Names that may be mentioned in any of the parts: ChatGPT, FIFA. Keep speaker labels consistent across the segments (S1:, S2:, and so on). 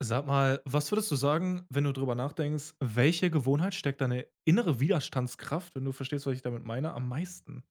S1: Sag mal, was würdest du sagen, wenn du drüber nachdenkst, welche Gewohnheit steckt deine innere Widerstandskraft, wenn du verstehst, was ich damit meine, am meisten?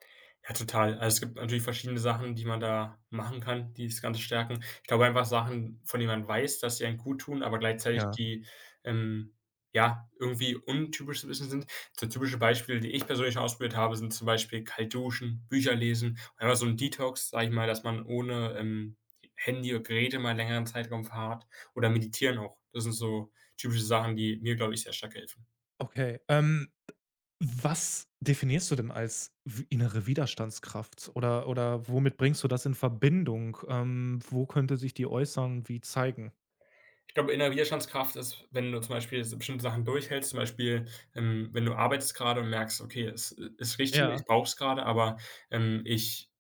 S2: Ja, total. Also, es gibt natürlich verschiedene Sachen, die man da machen kann, die das Ganze stärken. Ich glaube einfach Sachen, von denen man weiß, dass sie einem gut tun, aber gleichzeitig
S1: Ja.
S2: die, ähm, ja, irgendwie untypisch so 'n bisschen sind. So typische Beispiele, die ich persönlich schon ausprobiert habe, sind zum Beispiel kalt duschen, Bücher lesen, und einfach so ein Detox, sage ich mal, dass man ohne, Handy oder Geräte mal 'n längeren Zeitraum fahrt oder meditieren auch. Das sind so typische Sachen, die mir, glaube ich, sehr stark helfen.
S1: Okay, was definierst du denn als innere Widerstandskraft oder womit bringst du das in Verbindung? Wo könnte sich die äußern, wie zeigen?
S2: Ich glaube, innere Widerstandskraft ist, wenn du zum Beispiel so bestimmte Sachen durchhältst, zum Beispiel, wenn du arbeitest gerade und merkst: „Okay, es ist richtig,
S1: Ja,
S2: ich brauche es gerade, aber, ich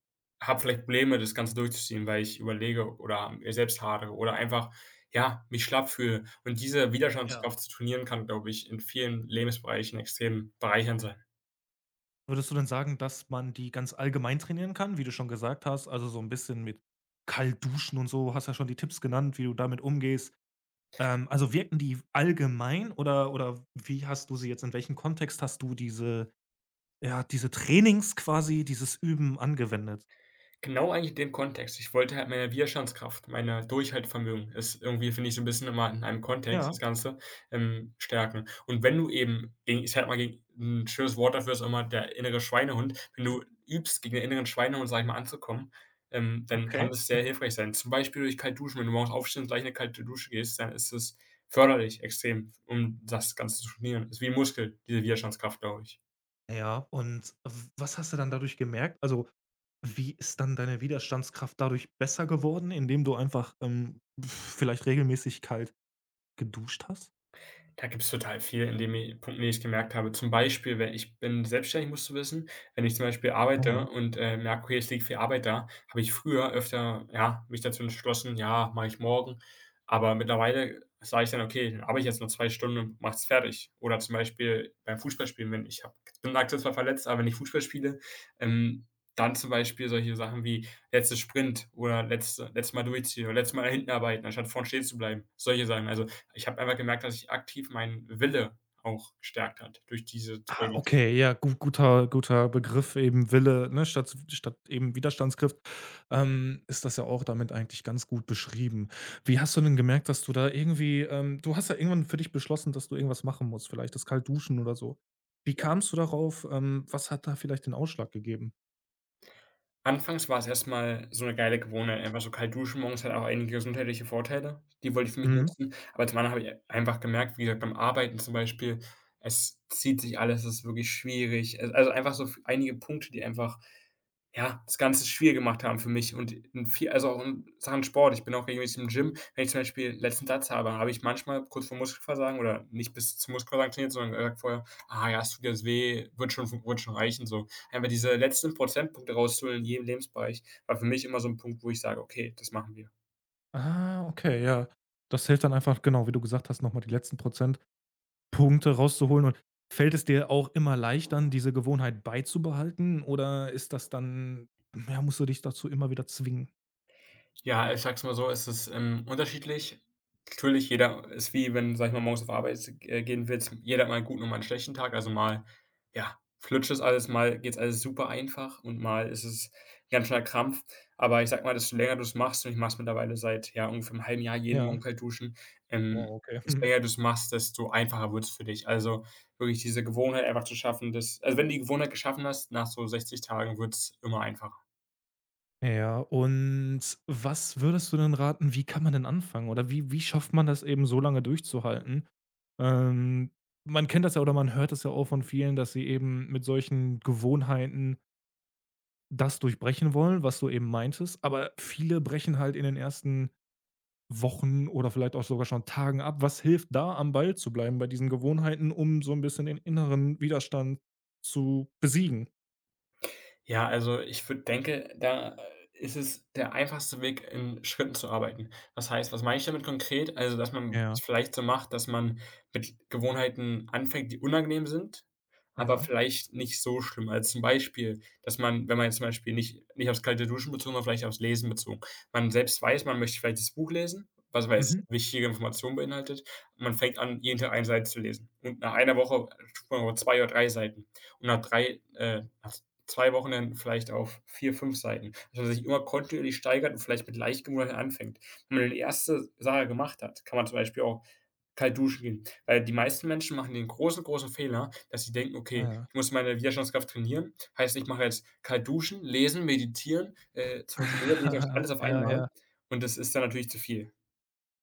S2: habe vielleicht Probleme, das Ganze durchzuziehen, weil ich überlege oder mit mir selbst hadere oder einfach, ja, mich schlapp fühle.“ Und diese
S1: ja.
S2: Widerstandskraft zu trainieren kann, glaube ich, in vielen Lebensbereichen extrem bereichernd sein.
S1: Würdest du denn sagen, dass man die ganz allgemein trainieren kann, wie du schon gesagt hast, also so ein bisschen mit kalt duschen und so, hast ja schon die Tipps genannt, wie du damit umgehst. Also wirken die allgemein oder wie hast du sie jetzt in welchem Kontext hast du diese ja, diese Trainings quasi, dieses Üben angewendet?
S2: Genau eigentlich in dem Kontext. Ich wollte halt meine Widerstandskraft, meine Durchhaltevermögen ist irgendwie, finde ich, so ein bisschen immer in einem Kontext
S1: Ja,
S2: das Ganze, stärken. Und wenn du eben gegen ich sage mal, gegen 'n schönes Wort dafür ist immer der innere Schweinehund wenn du übst, gegen den inneren Schweinehund, sage ich mal, anzukommen, dann kann
S1: okay.
S2: das sehr hilfreich sein. Zum Beispiel durch kalt duschen. Wenn du morgens aufstehst und gleich in 'ne kalte Dusche gehst, dann ist es förderlich extrem, um das Ganze zu trainieren. Ist wie 'n Muskel, diese Widerstandskraft, glaube ich.
S1: Ja, und w was hast du dann dadurch gemerkt? Also, wie ist dann deine Widerstandskraft dadurch besser geworden, indem du einfach, vielleicht regelmäßig kalt geduscht hast?
S2: Da gibt's total viel, in dem i Punkten, den ich gemerkt habe. Zum Beispiel, wenn ich bin selbstständig, musst du wissen. Wenn ich zum Beispiel arbeite und, merke: „Okay, es liegt viel Arbeit da“, habe ich früher öfter, ja, mich dazu entschlossen: „Ja, mache ich morgen.“ Aber mittlerweile sage ich dann: „Okay, dann arbeite ich jetzt nur 2 Stunden und mache fertig.“ Oder zum Beispiel beim Fußballspielen, wenn ich habe bin aktuell zwar verletzt, aber wenn ich Fußball spiele, ähm, dann zum Beispiel solche Sachen wie letzter Sprint oder letztes Mal durchziehen oder letztes Mal nach hinten arbeiten, anstatt vorne stehen zu bleiben, solche Sachen. Also, ich habe einfach gemerkt, dass sich aktiv mein Wille auch gestärkt hat durch diese
S1: Ah,
S2: Trainings,
S1: okay, ja, gu guter Begriff eben Wille, ne, statt eben Widerstandskraft, ist das ja auch damit eigentlich ganz gut beschrieben. Wie hast du denn gemerkt, dass du da irgendwie du hast ja irgendwann für dich beschlossen, dass du irgendwas machen musst, vielleicht das kalt duschen oder so. Wie
S2: ja.
S1: kamst du darauf? Was hat da vielleicht den Ausschlag gegeben?
S2: Anfangs war es erst mal so 'ne geile Gewohnheit, einfach so kalt duschen morgens hat auch einige gesundheitliche Vorteile, die wollte ich für mich
S1: Mhm.
S2: nutzen. Aber zum anderen habe ich einfach gemerkt, wie gesagt, beim Arbeiten zum Beispiel, es zieht sich alles, es ist wirklich schwierig. Al also einfach so f einige Punkte, die einfach ja, das Ganze schwierig gemacht haben für mich und in viel also auch in Sachen Sport. Ich bin auch regelmäßig im Gym. Wenn ich zum Beispiel letzten Satz habe, habe ich manchmal kurz vor Muskelversagen oder nicht bis zum Muskelversagen trainiert, sondern gesagt vorher: „Ah ja, es tut jetzt weh, wird schon reichen“, so. Einfach diese letzten Prozentpunkte rauszuholen in jedem Lebensbereich war für mich immer so ein Punkt, wo ich sage: „Okay, das machen wir.“
S1: Ah, okay, ja. Das hilft dann einfach, genau, wie du gesagt hast, nochmal die letzten Prozent Punkte rauszuholen. Und fällt es dir auch immer leichter, diese Gewohnheit beizubehalten, oder ist das dann ja, musst du dich dazu immer wieder zwingen?
S2: Ja, ich sag's mal so, es ist, unterschiedlich. Natürlich, jeder ist wie wenn, sag ich mal, morgens auf Arbeit gehen willst. Jeder hat mal einen guten und mal einen schlechten Tag. Also, mal, ja, flutscht es alles, mal geht's alles super einfach und mal ist es 'n ganz schöner Krampf. Aber ich sag mal, desto länger du's machst und ich mach's mittlerweile seit, ja, ungefähr einem halben Jahr jeden Morgen
S1: Ja.
S2: kalt duschen, ähm,
S1: Wow, okay.
S2: desto
S1: Mhm.
S2: länger du's machst, desto einfacher wird's für dich. Also, wirklich diese Gewohnheit einfach zu schaffen, dass also, wenn du die Gewohnheit geschaffen hast, nach so 60 Tagen wird's immer einfacher.
S1: Ja, und was würdest du denn raten, wie kann man denn anfangen oder wie schafft man das eben so lange durchzuhalten? Ähm, Man kennt das ja oder man hört das ja auch von vielen, dass sie eben mit solchen Gewohnheiten das durchbrechen wollen, was du eben meintest, aber viele brechen halt in den ersten Wochen oder vielleicht auch sogar schon Tagen ab. Was hilft da, am Ball zu bleiben bei diesen Gewohnheiten, um so 'n bisschen den inneren Widerstand zu besiegen?
S2: Ja, also ich würde denke, da, ist es der einfachste Weg, in Schritten zu arbeiten. Was heißt was meine ich damit konkret? Also, dass man es
S1: Ja,
S2: vielleicht so macht, dass man mit Gewohnheiten anfängt, die unangenehm sind, aber
S1: ja.
S2: vielleicht nicht so schlimm. Also, zum Beispiel, dass man wenn man jetzt zum Beispiel nicht aufs kalte Duschen bezogen, sondern vielleicht aufs Lesen bezogen. Man selbst weiß, man möchte vielleicht das Buch lesen, was weiß, es
S1: Mhm.
S2: wichtige Informationen beinhaltet. Man fängt an, jeden Tag eine Seite zu lesen und nach einer Woche, sp 2 oder 3 Seiten und nach 3. Nach 2 Wochen dann vielleicht auf 4 5 Seiten. Also, dass man sich immer kontinuierlich steigert und vielleicht mit leichtem anfängt. Wenn man die erste Sache gemacht hat, kann man zum Beispiel auch kalt duschen gehen. Weil die meisten Menschen machen den großen, großen Fehler, dass sie denken:
S1: Ja,
S2: „Okay,
S1: ja.
S2: ich muss meine Widerstandskraft trainieren. Heißt, ich mache jetzt kalt duschen, lesen, meditieren, Social Media Detox, alles auf
S1: Ja, ja.
S2: einmal.“ Und das ist dann natürlich zu viel.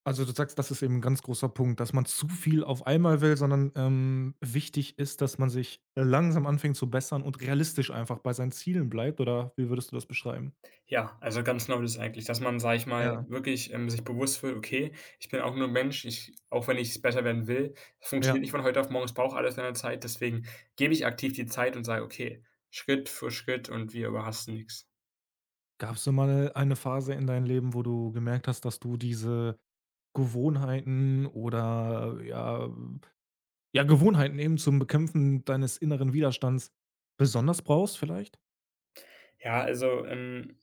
S1: Also, du sagst, das ist eben 'n ganz großer Punkt, dass man zu viel auf einmal will, sondern, wichtig ist, dass man sich langsam anfängt zu bessern und realistisch einfach bei seinen Zielen bleibt, oder wie würdest du das beschreiben?
S2: Ja, also ganz genau das eigentlich, dass man, sage ich mal,
S1: Ja.
S2: wirklich, sich bewusst wird: „Okay, ich bin auch nur Mensch, ich auch wenn ich es besser werden will, es funktioniert
S1: Ja.
S2: nicht von heute auf morgen, es braucht alles seine Zeit.“ Deswegen gebe ich aktiv die Zeit und sage: „Okay, Schritt für Schritt und wir überhasten nichts.
S1: Gab's denn mal eine Phase in deinem Leben, wo du gemerkt hast, dass du diese Gewohnheiten oder ja ja, Gewohnheiten eben zum Bekämpfen deines inneren Widerstands besonders brauchst vielleicht?
S2: Ja, also,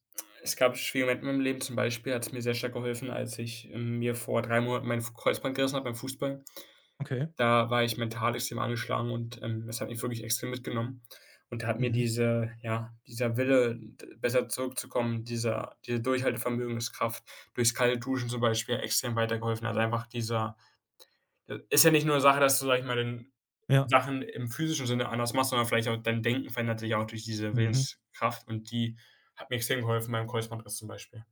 S2: es gab schwierige Momente in meinem Leben. Zum Beispiel hat es mir sehr stark geholfen, als ich, mir vor 3 Monaten mein Kreuzband gerissen habe beim Fußball.
S1: Okay.
S2: Da war ich mental extrem angeschlagen und, das hat mich wirklich extrem mitgenommen. Und da hat mir
S1: Mhm.
S2: diese ja, dieser Wille, d besser zurückzukommen, diese Durchhaltevermögenskraft durchs kalte Duschen zum Beispiel extrem weitergeholfen. Also, einfach dieser ist ja nicht nur Sache, dass du, sag ich mal, den
S1: Ja.
S2: Sachen im physischen Sinne anders machst, sondern vielleicht auch dein Denken verändert sich auch durch diese
S1: Mhm.
S2: Willenskraft und die hat mir extrem geholfen beim Kreuzbandriss zum Beispiel.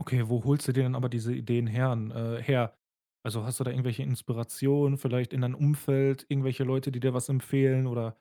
S1: Okay, wo holst du dir denn aber diese Ideen her? Also, hast du da irgendwelche Inspirationen, vielleicht in deinem Umfeld, irgendwelche Leute, die dir was empfehlen, oder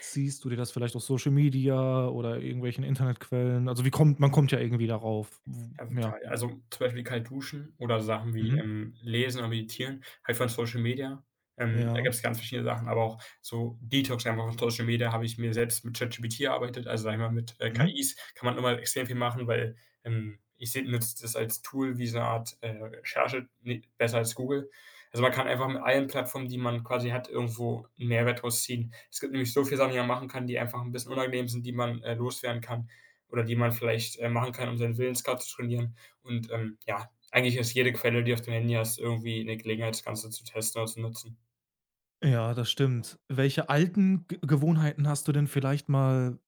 S1: ziehst du dir das vielleicht aus Social Media oder irgendwelchen Internetquellen? Also, wie kommt man kommt ja irgendwie darauf. W
S2: Ja,
S1: ja.
S2: total. Also, zum Beispiel kalt duschen oder Sachen wie,
S1: Mhm.
S2: Lesen oder Meditieren, halt von Social Media. Da
S1: Ja.
S2: gibt es ganz verschiedene Sachen, aber auch so Detox einfach von Social Media habe ich mir selbst mit ChatGPT erarbeitet. Also, sage ich mal, mit,
S1: Mhm.
S2: KIs kann man immer extrem viel machen, weil, ich se nutze das als Tool wie so eine Art, Recherche, ne, besser als Google. Also, man kann einfach mit allen Plattformen, die man quasi hat, irgendwo 'n Mehrwert rausziehen. Es gibt nämlich so viele Sachen, die man machen kann, die einfach ein bisschen unangenehm sind, die man, loswerden kann oder die man vielleicht, machen kann, um seinen Willenskraft zu trainieren. Und, ja, eigentlich ist jede Quelle, die auf dem Handy hast, irgendwie eine Gelegenheit, das Ganze zu testen oder zu nutzen.
S1: Ja, das stimmt. Welche alten G Gewohnheiten hast du denn vielleicht mal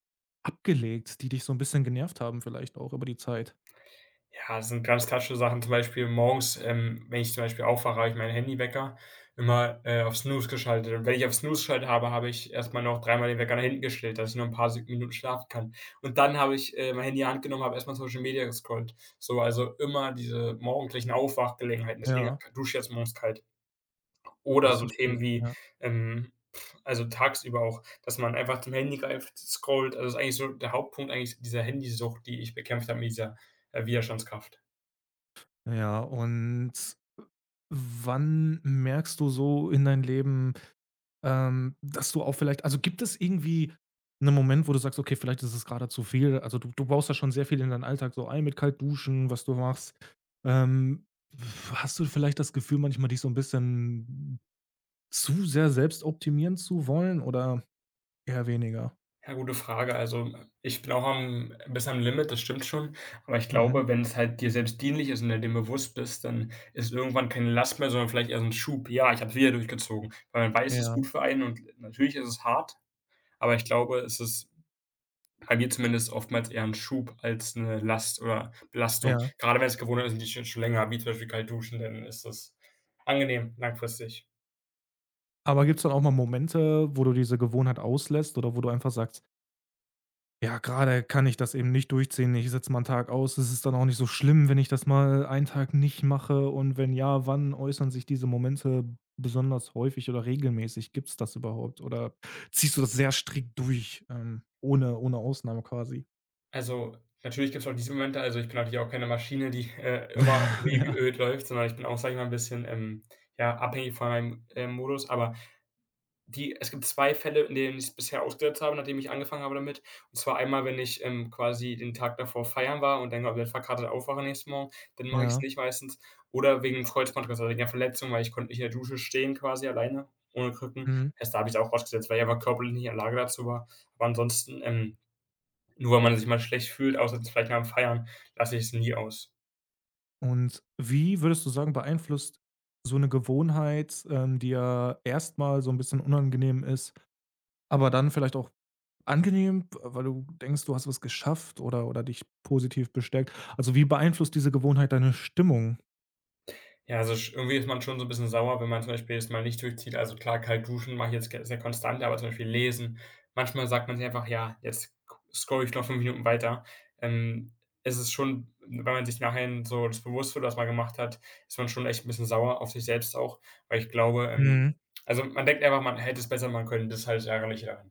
S1: abgelegt, die dich so 'n bisschen genervt haben vielleicht auch über die Zeit?
S2: Ja, das sind ganz klassische Sachen, zum Beispiel morgens, wenn ich zum Beispiel aufwache, habe ich meinen Handywecker immer, auf Snooze geschaltet. Und wenn ich auf Snooze geschaltet habe, habe ich erstmal noch dreimal den Wecker nach hinten gestellt, dass ich nur ein paar Sek Minuten schlafen kann. Und dann habe ich, mein Handy in die Hand genommen, habe erstmal Social Media gescrollt. So, also immer diese morgendlichen Aufwachgelegenheiten, deswegen
S1: Ja,
S2: dusche ich jetzt morgens kalt. Oder
S1: das
S2: so
S1: verstehe
S2: Themen
S1: ich,
S2: wie,
S1: ja.
S2: ähm, also tagsüber auch, dass man einfach zum Handy greift, scrollt. Also, ist eigentlich so der Hauptpunkt eigentlich dieser Handysucht, die ich bekämpft habe mit dieser, Widerstandskraft.
S1: Ja, und wann merkst du so in dein Leben, dass du auch vielleicht also, gibt es irgendwie 'nen Moment, wo du sagst: „Okay, vielleicht ist es grade zu viel?“ Also, du baust ja schon sehr viel in deinen Alltag so ein mit kalt duschen, was du machst. Ähm, Hast du vielleicht das Gefühl manchmal, dich so 'n bisschen zu sehr selbst optimieren zu wollen oder eher weniger?
S2: Ja, gute Frage. Also, ich bin auch am bis am Limit, das stimmt schon. Aber ich
S1: Mhm.
S2: glaube, wenn es halt dir selbst dienlich ist und du dir dem bewusst bist, dann ist irgendwann keine Last mehr, sondern vielleicht eher so ein Schub: „Ja, ich habe es wieder durchgezogen.“ Weil man weiß, es ist
S1: Ja,
S2: gut für einen und natürlich ist es hart, aber ich glaube, es ist bei mir zumindest oftmals eher 'n Schub als 'ne Last oder Belastung.
S1: ja.
S2: Gerade wenn es Gewohnheiten sind, die ich jetzt schon länger habe, wie zum Beispiel kalt duschen, dann ist das angenehm langfristig.
S1: Aber gibt's dann auch mal Momente, wo du diese Gewohnheit auslässt oder wo du einfach sagst: „Ja, grade kann ich das eben nicht durchziehen. Ich setze mal 'n Tag aus. Es ist dann auch nicht so schlimm, wenn ich das mal einen Tag nicht mache.“ Und wenn ja, wann äußern sich diese Momente besonders häufig oder regelmäßig? Gibt's das überhaupt, oder ziehst du das sehr strikt durch, ohne Ausnahme quasi?
S2: Also, natürlich gibt's auch diese Momente. Also, ich bin natürlich auch keine Maschine, die, immer wie
S1: Ja,
S2: geölt läuft, sondern ich bin auch, sage ich mal, 'n bisschen, ja, abhängig von meinem, Modus. Aber die es gibt 2 Fälle, in denen ich's bisher ausgesetzt habe, nachdem ich angefangen habe damit. Und zwar einmal, wenn ich, quasi den Tag davor feiern war und dann komplett verkatert aufwache nächsten Morgen, dann mache ich es
S1: ja.
S2: nicht meistens. Oder wegen 'nem Kreuzbandriss, also wegen 'ner Verletzung, weil ich konnte nicht in der Dusche stehen quasi alleine, ohne Krücken.
S1: Mhm.
S2: Erst da habe ich's auch ausgesetzt, weil ich einfach körperlich nicht in der Lage dazu war. Aber ansonsten, nur wenn man sich mal schlecht fühlt, außer jetzt vielleicht nach dem Feiern, lasse ich es nie aus.
S1: Und wie würdest du sagen, beeinflusst so eine Gewohnheit, die ja erstmal so ein bisschen unangenehm ist, aber dann vielleicht auch angenehm, weil du denkst, du hast was geschafft oder dich positiv bestärkt. Also, wie beeinflusst diese Gewohnheit deine Stimmung?
S2: Ja, also sch irgendwie ist man schon so ein bisschen sauer, wenn man zum Beispiel jetzt mal nicht durchzieht. Also klar, kalt duschen mache ich jetzt ge sehr konstant, aber zum Beispiel lesen, manchmal sagt man sich einfach: „Ja, jetzt scroll ich noch 5 Minuten weiter.“ Ähm, Es ist schon, wenn man sich nachher so das bewusst wird, was man gemacht hat, ist man schon echt ein bisschen sauer auf sich selbst auch, weil ich glaube,
S1: Mhm.
S2: also man denkt einfach, man hätte es besser machen können. Das ist halt das Ärgerliche daran.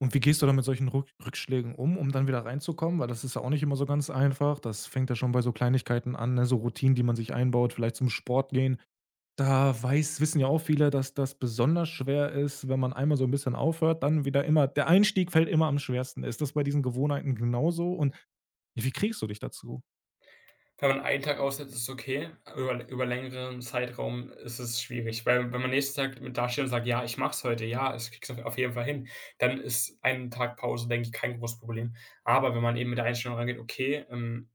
S1: Und wie gehst du dann mit solchen Rückschlägen um, um dann wieder reinzukommen? Weil das ist ja auch nicht immer so ganz einfach. Das fängt ja schon bei so Kleinigkeiten an, ne, so Routinen, die man sich einbaut, vielleicht zum Sport gehen. Da weiß wissen ja auch viele, dass das besonders schwer ist, wenn man einmal so ein bisschen aufhört, dann wieder immer der Einstieg fällt immer am schwersten. Ist das bei diesen Gewohnheiten genauso, und ja, wie kriegst du dich dazu?
S2: Wenn man einen Tag aussetzt, ist es okay. Über längeren Zeitraum ist es schwierig, weil wenn man nächsten Tag mit dasteht und sagt: „Ja, ich mache es heute. Ja, ich kriege es auf jeden Fall hin“, dann ist ein Tag Pause, denke ich, kein großes Problem. Aber wenn man eben mit der Einstellung rangeht: „Okay,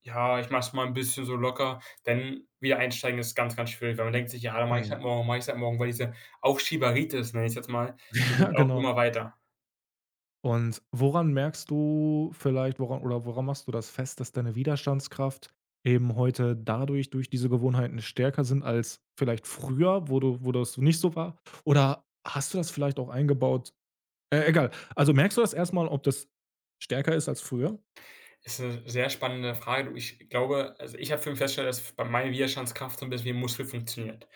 S2: ja, ich mache es mal ein bisschen so locker“, dann wieder einsteigen ist ganz, ganz schwierig, weil man denkt sich: „Ja, dann mache ich's
S1: Mhm.
S2: halt morgen, mache ich's halt morgen“, weil diese Aufschieberitis, nenne ich jetzt mal, die
S1: Ja,
S2: geht auch
S1: genau.
S2: immer weiter.
S1: Und woran merkst du vielleicht woran oder woran machst du das fest, dass deine Widerstandskraft eben heute dadurch, durch diese Gewohnheiten stärker sind als vielleicht früher, wo du wo das nicht so war? Oder hast du das vielleicht auch eingebaut? Egal. Also, merkst du das erstmal, ob das stärker ist als früher?
S2: Ist eine sehr spannende Frage, du, ich glaube, also ich habe für mich festgestellt, dass bei meine Widerstandskraft so 'n bisschen wie 'n Muskel funktioniert.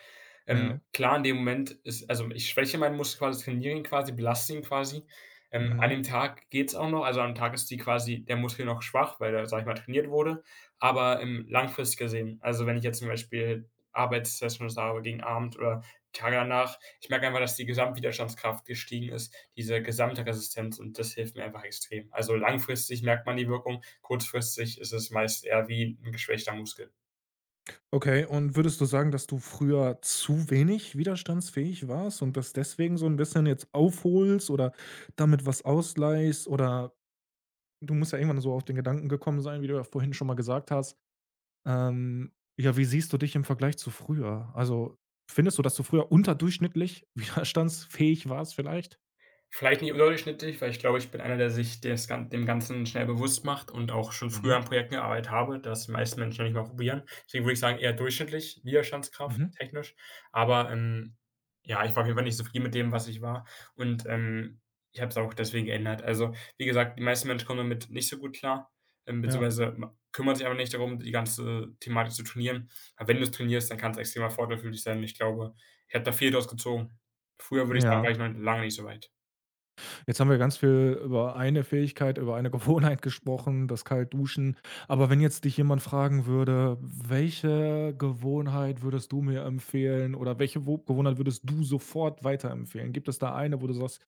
S1: Ja.
S2: Klar, in dem Moment ist, also ich schwäche meinen Muskel quasi, trainiere ihn quasi, belaste ihn quasi. An
S1: Mhm.
S2: dem Tag geht's auch noch. Also, am Tag ist die quasi der Muskel noch schwach, weil er, sage ich mal, trainiert wurde. Aber, langfristig gesehen, also wenn ich jetzt zum Beispiel Arbeitssessions habe gegen Abend oder Tage danach, ich merke einfach, dass die Gesamtwiderstandskraft gestiegen ist, diese gesamte Resistenz, und das hilft mir einfach extrem. Also, langfristig merkt man die Wirkung, kurzfristig ist es meist eher wie ein geschwächter Muskel.
S1: Okay, und würdest du sagen, dass du früher zu wenig widerstandsfähig warst und das deswegen so ein bisschen jetzt aufholst oder damit was ausgleichst? Oder du musst ja irgendwann so auf den Gedanken gekommen sein, wie du ja vorhin schon mal gesagt hast. Ähm, ja, wie siehst du dich im Vergleich zu früher? Also, findest du, dass du früher unterdurchschnittlich widerstandsfähig warst vielleicht?
S2: Vielleicht nicht überdurchschnittlich, weil ich glaube, ich bin einer, der sich des Gan dem Ganzen schnell bewusst macht und auch schon
S1: Mhm,
S2: früher an Projekten gearbeitet habe, das die meisten Menschen noch nicht mal probieren. Deswegen würde ich sagen, eher durchschnittlich, Widerstandskraft
S1: mhm,
S2: technisch. Aber, ja, ich war auf jeden Fall nicht zufrieden mit dem, was ich war, und, ich habe es auch deswegen geändert. Also, wie gesagt, die meisten Menschen kommen damit nicht so gut klar,
S1: ja.
S2: beziehungsweise ma kümmern sich aber nicht darum, die ganze Thematik zu trainieren. Aber wenn du es trainierst, dann kann's extremer Vorteil für dich sein. Ich glaube, ich habe da viel draus gezogen. Früher würde ich sagen,
S1: Ja.
S2: war ich noch lange nicht so weit.
S1: Jetzt haben wir ganz viel über eine Fähigkeit, über eine Gewohnheit gesprochen, das kalt duschen. Aber wenn jetzt dich jemand fragen würde: „Welche Gewohnheit würdest du mir empfehlen, oder welche wo Gewohnheit würdest du sofort weiterempfehlen?“ Gibt es da eine, wo du sagst: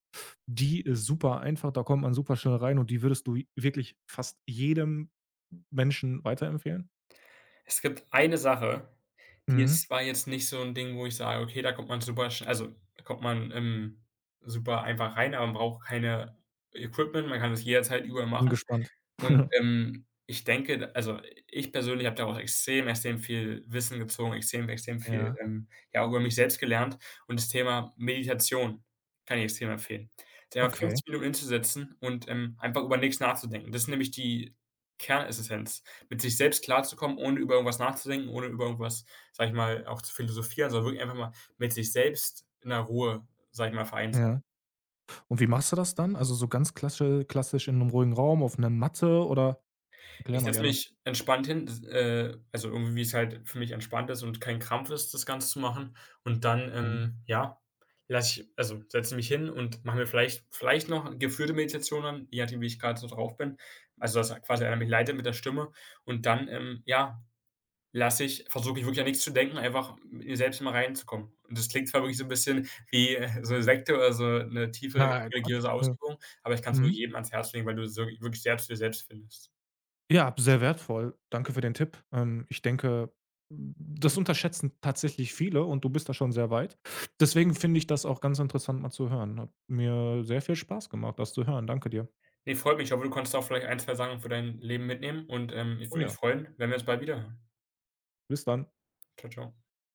S1: „Die ist super einfach, da kommt man super schnell rein und die würdest du wirklich fast jedem Menschen weiterempfehlen?“
S2: Es gibt eine Sache, die ist
S1: Mhm.
S2: zwar jetzt nicht so 'n Ding, wo ich sage: „Okay, da kommt man super sch also, da kommt man, super einfach rein, aber man braucht keine Equipment, man kann das jederzeit überall
S1: Bin
S2: machen.“
S1: gespannt.
S2: Und, ich denke, also ich persönlich habe daraus extrem, extrem viel Wissen gezogen, extrem, extrem viel,
S1: Ja,
S2: ja, auch über mich selbst gelernt, und das Thema Meditation kann ich extrem empfehlen. Sich einfach
S1: okay.
S2: 15 Minuten hinzusetzen und, einfach über nichts nachzudenken. Das ist nämlich die Kernessenz, mit sich selbst klarzukommen, ohne über irgendwas nachzudenken, ohne über irgendwas, sage ich mal, auch zu philosophieren, sondern wirklich einfach mal mit sich selbst in der Ruhe, sage ich mal, vereint.
S1: Ja. Und wie machst du das dann? Also, so ganz klassisch, in einem ruhigen Raum, auf einer Matte, oder erklär
S2: Ich
S1: mal
S2: setze
S1: gerne.
S2: mich entspannt hin, also irgendwie, wie es halt für mich entspannt ist und kein Krampf ist, das Ganze zu machen. Und dann,
S1: Mhm.
S2: ja, lasse ich also setze mich hin und mache mir vielleicht noch geführte Meditationen, je nachdem, wie ich gerade so drauf bin. Also, dass quasi einer mich leitet mit der Stimme. Und dann, ja, lasse ich versuche ich wirklich an nichts zu denken, einfach mit mir selbst mal reinzukommen. Und das klingt zwar wirklich so ein bisschen wie, so eine Sekte oder so eine tiefe
S1: Na, Quatsch.
S2: religiöse
S1: Ja.
S2: Ausübung, aber ich kann es wirklich
S1: Mhm.
S2: jedem ans Herz legen, weil du so wirklich sehr zu dir selbst findest.
S1: Ja, sehr wertvoll. Danke für den Tipp. Ich denke, das unterschätzen tatsächlich viele und du bist da schon sehr weit. Deswegen finde ich das auch ganz interessant, mal zu hören. Hat mir sehr viel Spaß gemacht, das zu hören. Danke dir.
S2: Ne, freut mich. Ich hoffe, du konntest auch vielleicht ein, 2 Sachen für dein Leben mitnehmen, und, ich
S1: Oh
S2: würde mich
S1: ja,
S2: freuen, wenn wir uns bald wiederhören.
S1: bis dann.
S2: Ciao, ciao.